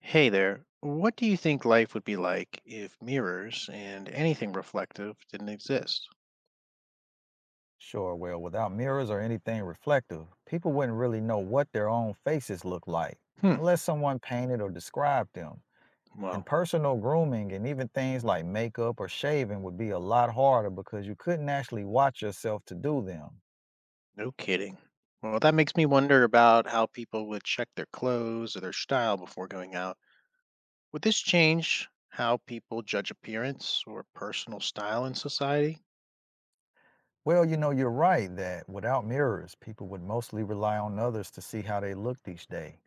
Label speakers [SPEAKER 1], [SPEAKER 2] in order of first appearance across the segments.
[SPEAKER 1] Hey there. What do you think life would be like if mirrors and anything reflective didn't exist?
[SPEAKER 2] Sure. Well, without mirrors or anything reflective, people wouldn't really know what their own faces look like
[SPEAKER 1] Hmm.
[SPEAKER 2] unless someone painted or described them. And
[SPEAKER 1] Well,
[SPEAKER 2] personal grooming and even things like makeup or shaving would be a lot harder because you couldn't actually watch yourself to do them.
[SPEAKER 1] no kidding. Well, that makes me wonder about how people would check their clothes or their style before going out. Would this change how people judge appearance or personal style in society?
[SPEAKER 2] Well, you're right that without mirrors, people would mostly rely on others to see how they looked each day.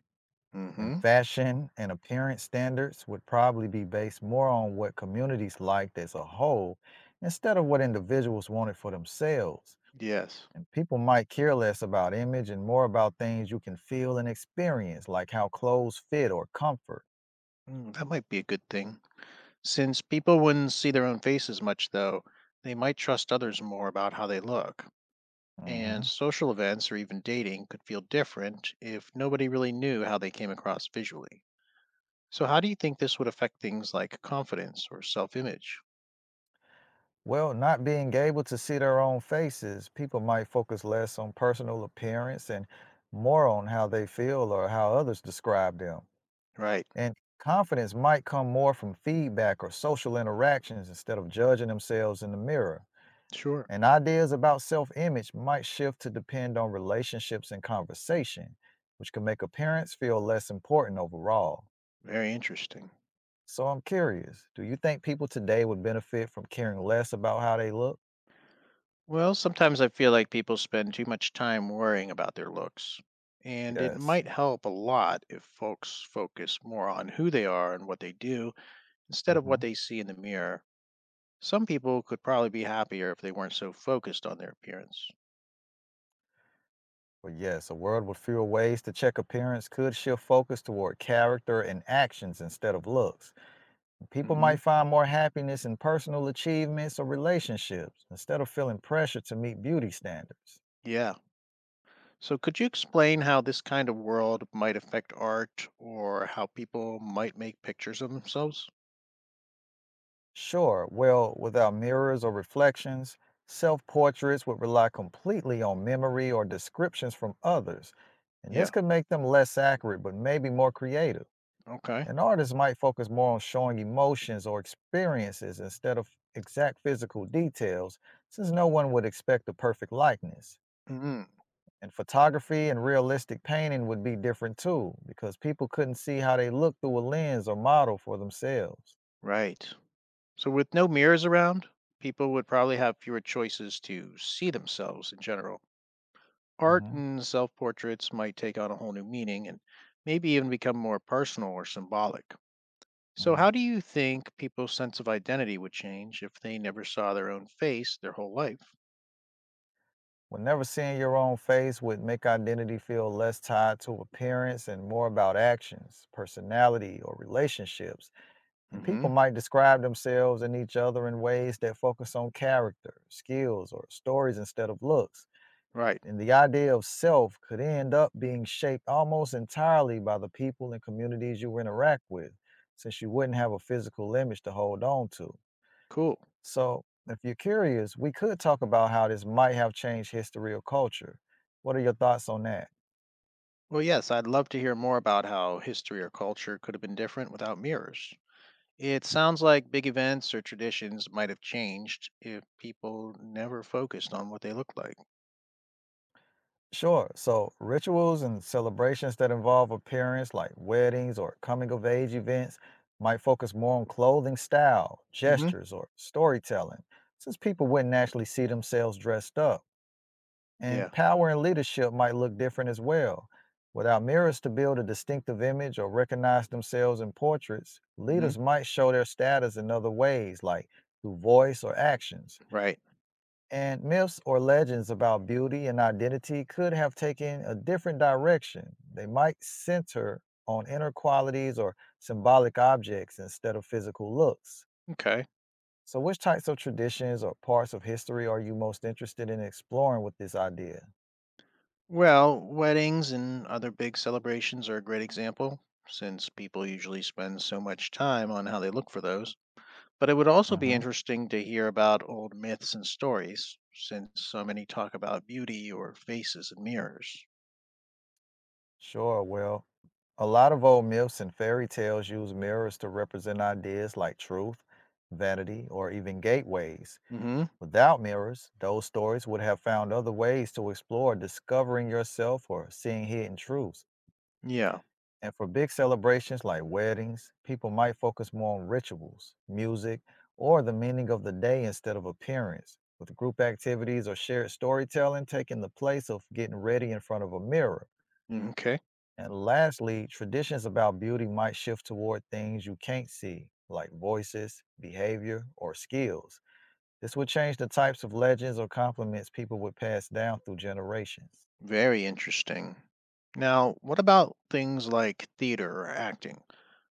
[SPEAKER 2] And
[SPEAKER 1] Mm-hmm.
[SPEAKER 2] fashion and appearance standards would probably be based more on what communities liked as a whole instead of what individuals wanted for themselves.
[SPEAKER 1] Yes.
[SPEAKER 2] And people might care less about image and more about things you can feel and experience, like how clothes fit or comfort.
[SPEAKER 1] Mm, that might be a good thing. Since people wouldn't see their own faces much, though, they might trust others more about how they look. And
[SPEAKER 2] Mhm.
[SPEAKER 1] social events or even dating could feel different if nobody really knew how they came across visually. So, how do you think this would affect things like confidence or self image?
[SPEAKER 2] Well, not being able to see their own faces, people might focus less on personal appearance and more on how they feel or how others describe them.
[SPEAKER 1] Right,
[SPEAKER 2] And confidence might come more from feedback or social interactions instead of judging themselves in the mirror.
[SPEAKER 1] sure.
[SPEAKER 2] And ideas about self image might shift to depend on relationships and conversation, which can make appearance feel less important overall.
[SPEAKER 1] Very interesting.
[SPEAKER 2] So I'm curious, do you think people today would benefit from caring less about how they look?
[SPEAKER 1] Well, sometimes I feel like people spend too much time worrying about their looks. And it
[SPEAKER 2] Yes.
[SPEAKER 1] might help a lot if folks focus more on who they are and what they do instead of what
[SPEAKER 2] Hmm.
[SPEAKER 1] they see in the mirror. Some people could probably be happier if they weren't so focused on their appearance.
[SPEAKER 2] But yes, a world with fewer ways to check appearance could shift focus toward character and actions instead of looks. People
[SPEAKER 1] Hmm.
[SPEAKER 2] might find more happiness in personal achievements or relationships instead of feeling pressure to meet beauty standards.
[SPEAKER 1] Yeah. So, could you explain how this kind of world might affect art or how people might make pictures of themselves?
[SPEAKER 2] Sure, well, without mirrors or reflections, self portraits would rely completely on memory or descriptions from others, and this
[SPEAKER 1] Yeah.
[SPEAKER 2] could make them less accurate but maybe more creative.
[SPEAKER 1] Okay.
[SPEAKER 2] And artists might focus more on showing emotions or experiences instead of exact physical details, since no one would expect a perfect likeness.
[SPEAKER 1] Hmm.
[SPEAKER 2] And photography and realistic painting would be different too, because people couldn't see how they look through a lens or model for themselves.
[SPEAKER 1] Right. So, with no mirrors around, people would probably have fewer choices to see themselves in general. Art
[SPEAKER 2] Hmm.
[SPEAKER 1] and self portraits might take on a whole new meaning and maybe even become more personal or symbolic. So, how
[SPEAKER 2] Hmm.
[SPEAKER 1] do you think people's sense of identity would change if they never saw their own face their whole life?
[SPEAKER 2] Well, never seeing your own face would make identity feel less tied to appearance and more about actions, personality, or relationships. And people
[SPEAKER 1] Hmm.
[SPEAKER 2] might describe themselves and each other in ways that focus on character, skills, or stories instead of looks.
[SPEAKER 1] Right.
[SPEAKER 2] And the idea of self could end up being shaped almost entirely by the people and communities you interact with, since you wouldn't have a physical image to hold on to.
[SPEAKER 1] Cool.
[SPEAKER 2] So, if you're curious, we could talk about how this might have changed history or culture. What are your thoughts on that?
[SPEAKER 1] Well, yes, I'd love to hear more about how history or culture could have been different without mirrors. It sounds like big events or traditions might have changed if people never focused on what they looked like.
[SPEAKER 2] Sure. So, rituals and celebrations that involve appearance, like weddings or coming of age events, might focus more on clothing style,
[SPEAKER 1] Hmm.
[SPEAKER 2] gestures, or storytelling, since people wouldn't naturally see themselves dressed up. And
[SPEAKER 1] Yeah.
[SPEAKER 2] power and leadership might look different as well. Without mirrors to build a distinctive image or recognize themselves in portraits,
[SPEAKER 1] Hmm.
[SPEAKER 2] leaders might show their status in other ways, like through voice or actions.
[SPEAKER 1] Right.
[SPEAKER 2] And myths or legends about beauty and identity could have taken a different direction. They might center on inner qualities or symbolic objects instead of physical looks.
[SPEAKER 1] Okay.
[SPEAKER 2] So, which types of traditions or parts of history are you most interested in exploring with this idea?
[SPEAKER 1] Well, weddings and other big celebrations are a great example, since people usually spend so much time on how they look for those. But it would also be
[SPEAKER 2] Hmm.
[SPEAKER 1] interesting to hear about old myths and stories, since so many talk about beauty or faces and mirrors.
[SPEAKER 2] Sure. Well, a lot of old myths and fairy tales use mirrors to represent ideas like truth, vanity, or even gateways.
[SPEAKER 1] Hmm.
[SPEAKER 2] Without mirrors, those stories would have found other ways to explore discovering yourself or seeing hidden truths.
[SPEAKER 1] Yeah.
[SPEAKER 2] And for big celebrations like weddings, people might focus more on rituals, music, or the meaning of the day instead of appearance, with group activities or shared storytelling taking the place of getting ready in front of a mirror.
[SPEAKER 1] Okay.
[SPEAKER 2] And lastly, traditions about beauty might shift toward things you can't see, like voices, behavior, or skills. This would change the types of legends or compliments people would pass down through generations.
[SPEAKER 1] Very interesting. Now, what about things like theater or acting?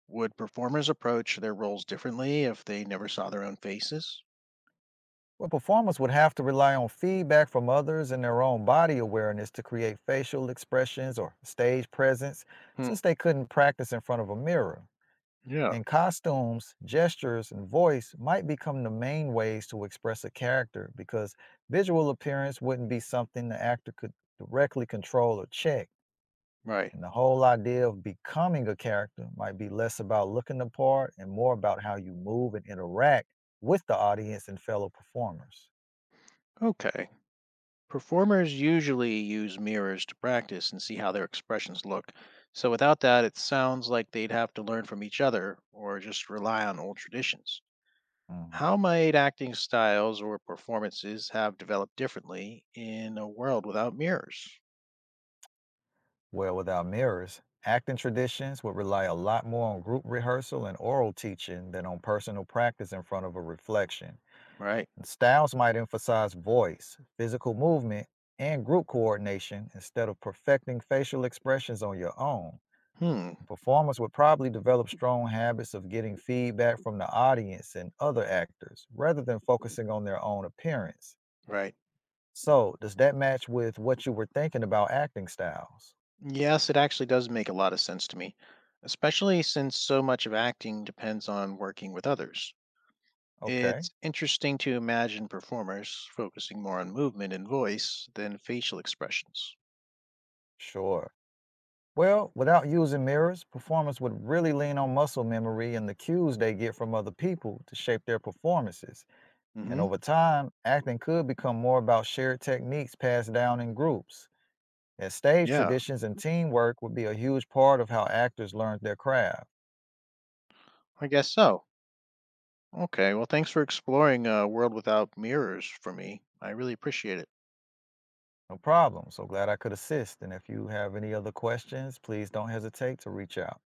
[SPEAKER 1] Would performers approach their roles differently if they never saw their own faces?
[SPEAKER 2] Well, performers would have to rely on feedback from others and their own body awareness to create facial expressions or stage presence
[SPEAKER 1] Hmm.
[SPEAKER 2] since they couldn't practice in front of a mirror.
[SPEAKER 1] Yeah.
[SPEAKER 2] In costumes, gestures, and voice might become the main ways to express a character because visual appearance wouldn't be something the actor could directly control or check.
[SPEAKER 1] Right.
[SPEAKER 2] And the whole idea of becoming a character might be less about looking the part and more about how you move and interact with the audience and fellow performers.
[SPEAKER 1] Okay. Performers usually use mirrors to practice and see how their expressions look. So without that, it sounds like they'd have to learn from each other or just rely on old traditions.
[SPEAKER 2] Mhm.
[SPEAKER 1] How might acting styles or performances have developed differently in a world without mirrors?
[SPEAKER 2] Well, without mirrors, acting traditions would rely a lot more on group rehearsal and oral teaching than on personal practice in front of a reflection.
[SPEAKER 1] Right.
[SPEAKER 2] Styles might emphasize voice, physical movement, and group coordination instead of perfecting facial expressions on your own.
[SPEAKER 1] Hmm.
[SPEAKER 2] Performers would probably develop strong habits of getting feedback from the audience and other actors rather than focusing on their own appearance.
[SPEAKER 1] Right.
[SPEAKER 2] So, does that match with what you were thinking about acting styles?
[SPEAKER 1] Yes, it actually does make a lot of sense to me, especially since so much of acting depends on working with others.
[SPEAKER 2] Okay,
[SPEAKER 1] It's interesting to imagine performers focusing more on movement and voice than facial expressions.
[SPEAKER 2] sure. Well, without using mirrors, performers would really lean on muscle memory and the cues they get from other people to shape their performances. And
[SPEAKER 1] Hmm.
[SPEAKER 2] over time, acting could become more about shared techniques passed down in groups, as stage
[SPEAKER 1] Yeah,
[SPEAKER 2] traditions and teamwork would be a huge part of how actors learned their craft.
[SPEAKER 1] I guess so. Okay, well, thanks for exploring a world without mirrors for me. I really appreciate it.
[SPEAKER 2] No problem. So glad I could assist. And if you have any other questions, please don't hesitate to reach out.